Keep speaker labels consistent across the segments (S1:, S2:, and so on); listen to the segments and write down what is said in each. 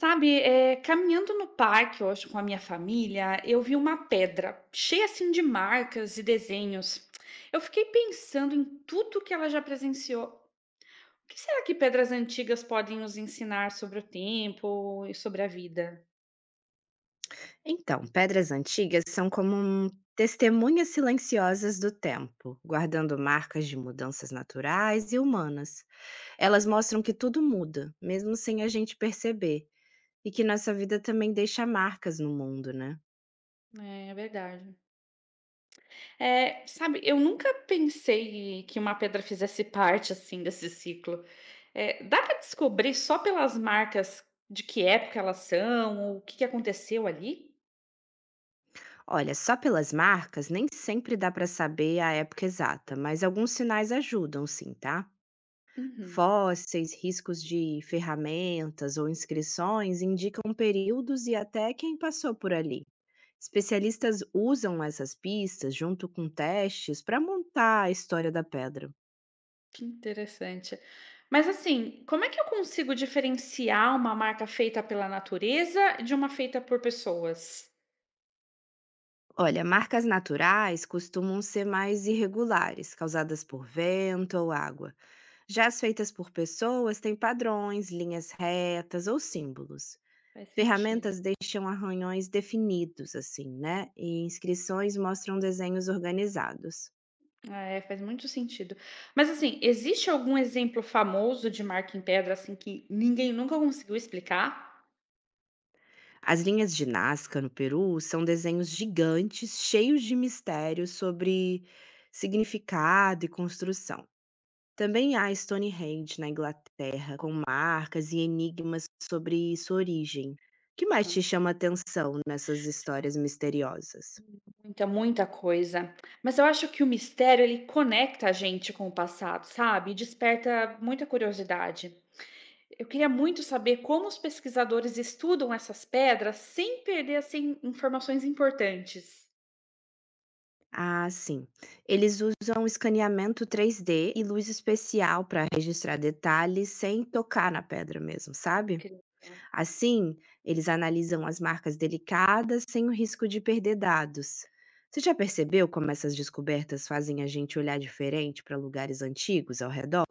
S1: Sabe, caminhando no parque hoje com a minha família, eu vi uma pedra cheia assim de marcas e desenhos. Eu fiquei pensando em tudo que ela já presenciou. O que será que pedras antigas podem nos ensinar sobre o tempo e sobre a vida?
S2: Então, pedras antigas são como um testemunhas silenciosas do tempo, guardando marcas de mudanças naturais e humanas. Elas mostram que tudo muda, mesmo sem a gente perceber, e que nossa vida também deixa marcas no mundo, né?
S1: É, é verdade. É, sabe, eu nunca pensei que uma pedra fizesse parte assim desse ciclo. É, dá para descobrir só pelas marcas de que época elas são, ou o que que aconteceu ali?
S2: Olha, só pelas marcas nem sempre dá para saber a época exata, mas alguns sinais ajudam, sim, tá?
S1: Uhum.
S2: Fósseis, riscos de ferramentas ou inscrições indicam períodos e até quem passou por ali. Especialistas usam essas pistas junto com testes para montar a história da pedra.
S1: Que interessante. Mas assim, como é que eu consigo diferenciar uma marca feita pela natureza de uma feita por pessoas?
S2: Olha, marcas naturais costumam ser mais irregulares, causadas por vento ou água. Já as feitas por pessoas têm padrões, linhas retas ou símbolos.
S1: Faz sentido.
S2: Ferramentas deixam arranhões definidos, assim, né, e inscrições mostram desenhos organizados.
S1: Ah, é, faz muito sentido. Mas assim, existe algum exemplo famoso de marca em pedra assim que ninguém nunca conseguiu explicar?
S2: As linhas de Nazca, no Peru, são desenhos gigantes, cheios de mistérios sobre significado e construção. Também há Stonehenge, na Inglaterra, com marcas e enigmas sobre sua origem. O que mais te
S1: Ah,
S2: chama atenção nessas histórias misteriosas?
S1: muita, muita coisa. Mas eu acho que o mistério ele conecta a gente com o passado, sabe? E desperta muita curiosidade. Eu queria muito saber como os pesquisadores estudam essas pedras sem perder assim informações importantes.
S2: Ah, sim. Eles usam escaneamento 3D e luz especial para registrar detalhes sem tocar na pedra mesmo, sabe?
S1: Incrível.
S2: Assim, eles analisam as marcas delicadas sem o risco de perder dados. Você já percebeu como essas descobertas fazem a gente olhar diferente para lugares antigos ao redor?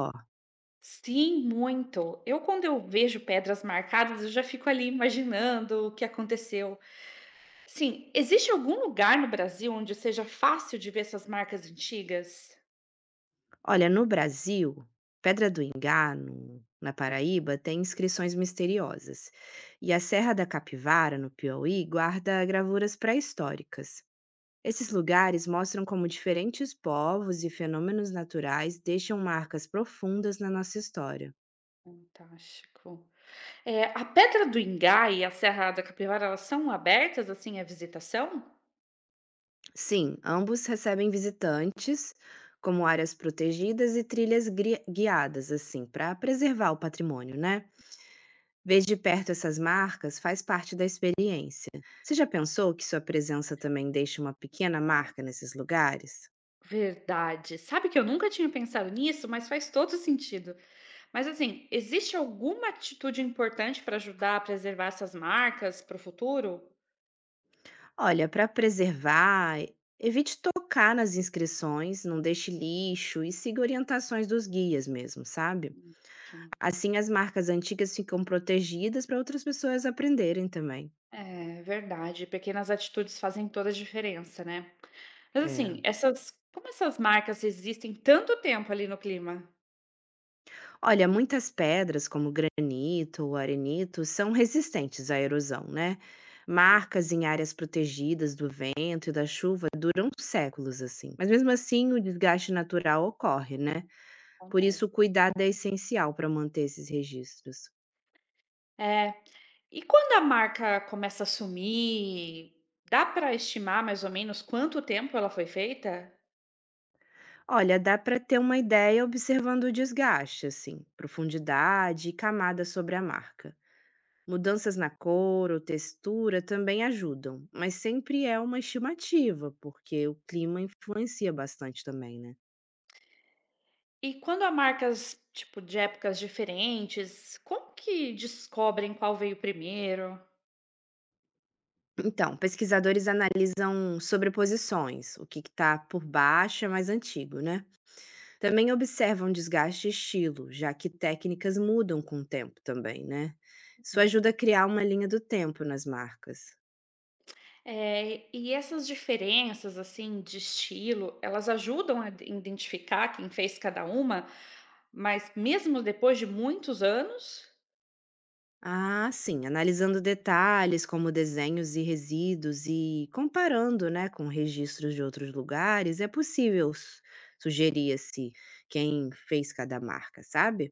S1: Sim, muito. Eu, quando eu vejo pedras marcadas, eu já fico ali imaginando o que aconteceu. Sim, existe algum lugar no Brasil onde seja fácil de ver essas marcas antigas?
S2: Olha, no Brasil, Pedra do Engano, na Paraíba, tem inscrições misteriosas. E a Serra da Capivara, no Piauí, guarda gravuras pré-históricas. Esses lugares mostram como diferentes povos e fenômenos naturais deixam marcas profundas na nossa história.
S1: Fantástico. É, a Pedra do Engai e a Serra da Capivara, elas são abertas assim à visitação?
S2: Sim, ambos recebem visitantes, como áreas protegidas e trilhas guiadas, assim, para preservar o patrimônio, né? Ver de perto essas marcas faz parte da experiência. Você já pensou que sua presença também deixa uma pequena marca nesses lugares?
S1: Verdade. Sabe que eu nunca tinha pensado nisso, mas faz todo sentido. Mas assim, existe alguma atitude importante para ajudar a preservar essas marcas para o futuro?
S2: Olha, para preservar, evite tocar nas inscrições, não deixe lixo e siga orientações dos guias mesmo, sabe?
S1: Hum, Ótimo.
S2: Assim as marcas antigas ficam protegidas para outras pessoas aprenderem também.
S1: É verdade. Pequenas atitudes fazem toda a diferença, né? Mas
S2: É.
S1: assim, essas, como essas marcas existem tanto tempo ali no clima?
S2: Olha, muitas pedras, como granito ou arenito, são resistentes à erosão, né?
S1: Hum,
S2: Marcas em áreas protegidas do vento e da chuva duram séculos assim. Mas mesmo assim, o desgaste natural ocorre, né? Por isso,
S1: Acontece.
S2: o cuidado é essencial para manter esses registros.
S1: É. E quando a marca começa a sumir, dá para estimar mais ou menos quanto tempo ela foi feita?
S2: Olha, dá para ter uma ideia observando o desgaste, assim, profundidade e camada sobre a marca. Mudanças na cor ou textura também ajudam, mas sempre é uma estimativa, porque o clima influencia bastante também, né?
S1: E quando há marcas, tipo, de épocas diferentes, como que descobrem qual veio primeiro?
S2: Então, pesquisadores analisam sobreposições, o que está por baixo é mais antigo, né? Também observam desgaste e estilo, já que técnicas mudam com o tempo também, né? Isso
S1: Hum.
S2: ajuda a criar uma linha do tempo nas marcas.
S1: E essas diferenças, assim, de estilo, elas ajudam a identificar quem fez cada uma, mas mesmo depois de muitos anos?
S2: Ah, sim, analisando detalhes como desenhos e resíduos e comparando, né, com registros de outros lugares, é possível sugerir assim quem fez cada marca, sabe?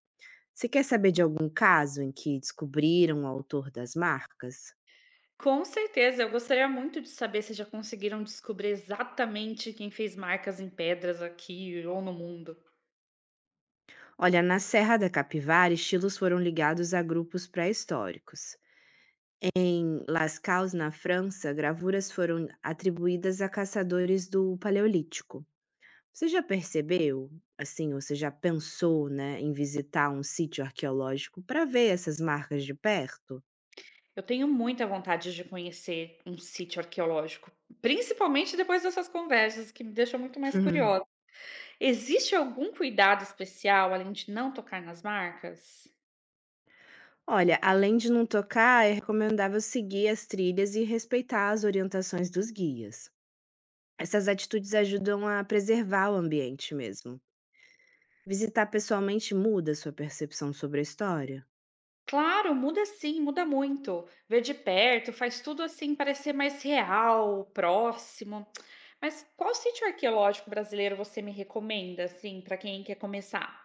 S2: Você quer saber de algum caso em que descobriram o autor das marcas?
S1: Com certeza, eu gostaria muito de saber se já conseguiram descobrir exatamente quem fez marcas em pedras aqui ou no mundo.
S2: Olha, na Serra da Capivara, estilos foram ligados a grupos pré-históricos. Em Lascaux na França, gravuras foram atribuídas a caçadores do Paleolítico. Você já percebeu, assim, ou você já pensou, né, em visitar um sítio arqueológico para ver essas marcas de perto?
S1: Eu tenho muita vontade de conhecer um sítio arqueológico, principalmente depois dessas conversas que me deixam muito mais curiosa. Existe algum cuidado especial além de não tocar nas marcas?
S2: Olha, além de não tocar, é recomendável seguir as trilhas e respeitar as orientações dos guias. Essas atitudes ajudam a preservar o ambiente mesmo. Visitar pessoalmente muda sua percepção sobre a história.
S1: Claro, muda sim, muda muito. Ver de perto faz tudo assim parecer mais real, próximo. Mas qual sítio arqueológico brasileiro você me recomenda, assim, para quem quer começar?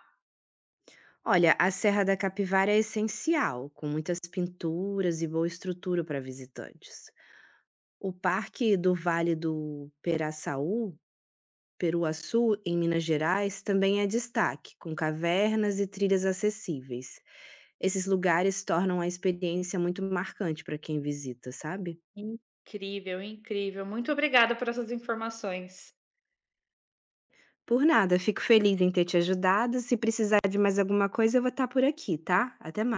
S2: Olha, a Serra da Capivara é essencial, com muitas pinturas e boa estrutura para visitantes. O Parque do Vale do Peraçaú, Peruaçu, em Minas Gerais, também é destaque, com cavernas e trilhas acessíveis. Esses lugares tornam a experiência muito marcante para quem visita, sabe?
S1: Incrível, incrível. Muito obrigada por essas informações.
S2: Por nada, fico feliz em ter te ajudado. Se precisar de mais alguma coisa, eu vou estar por aqui, tá? Até mais.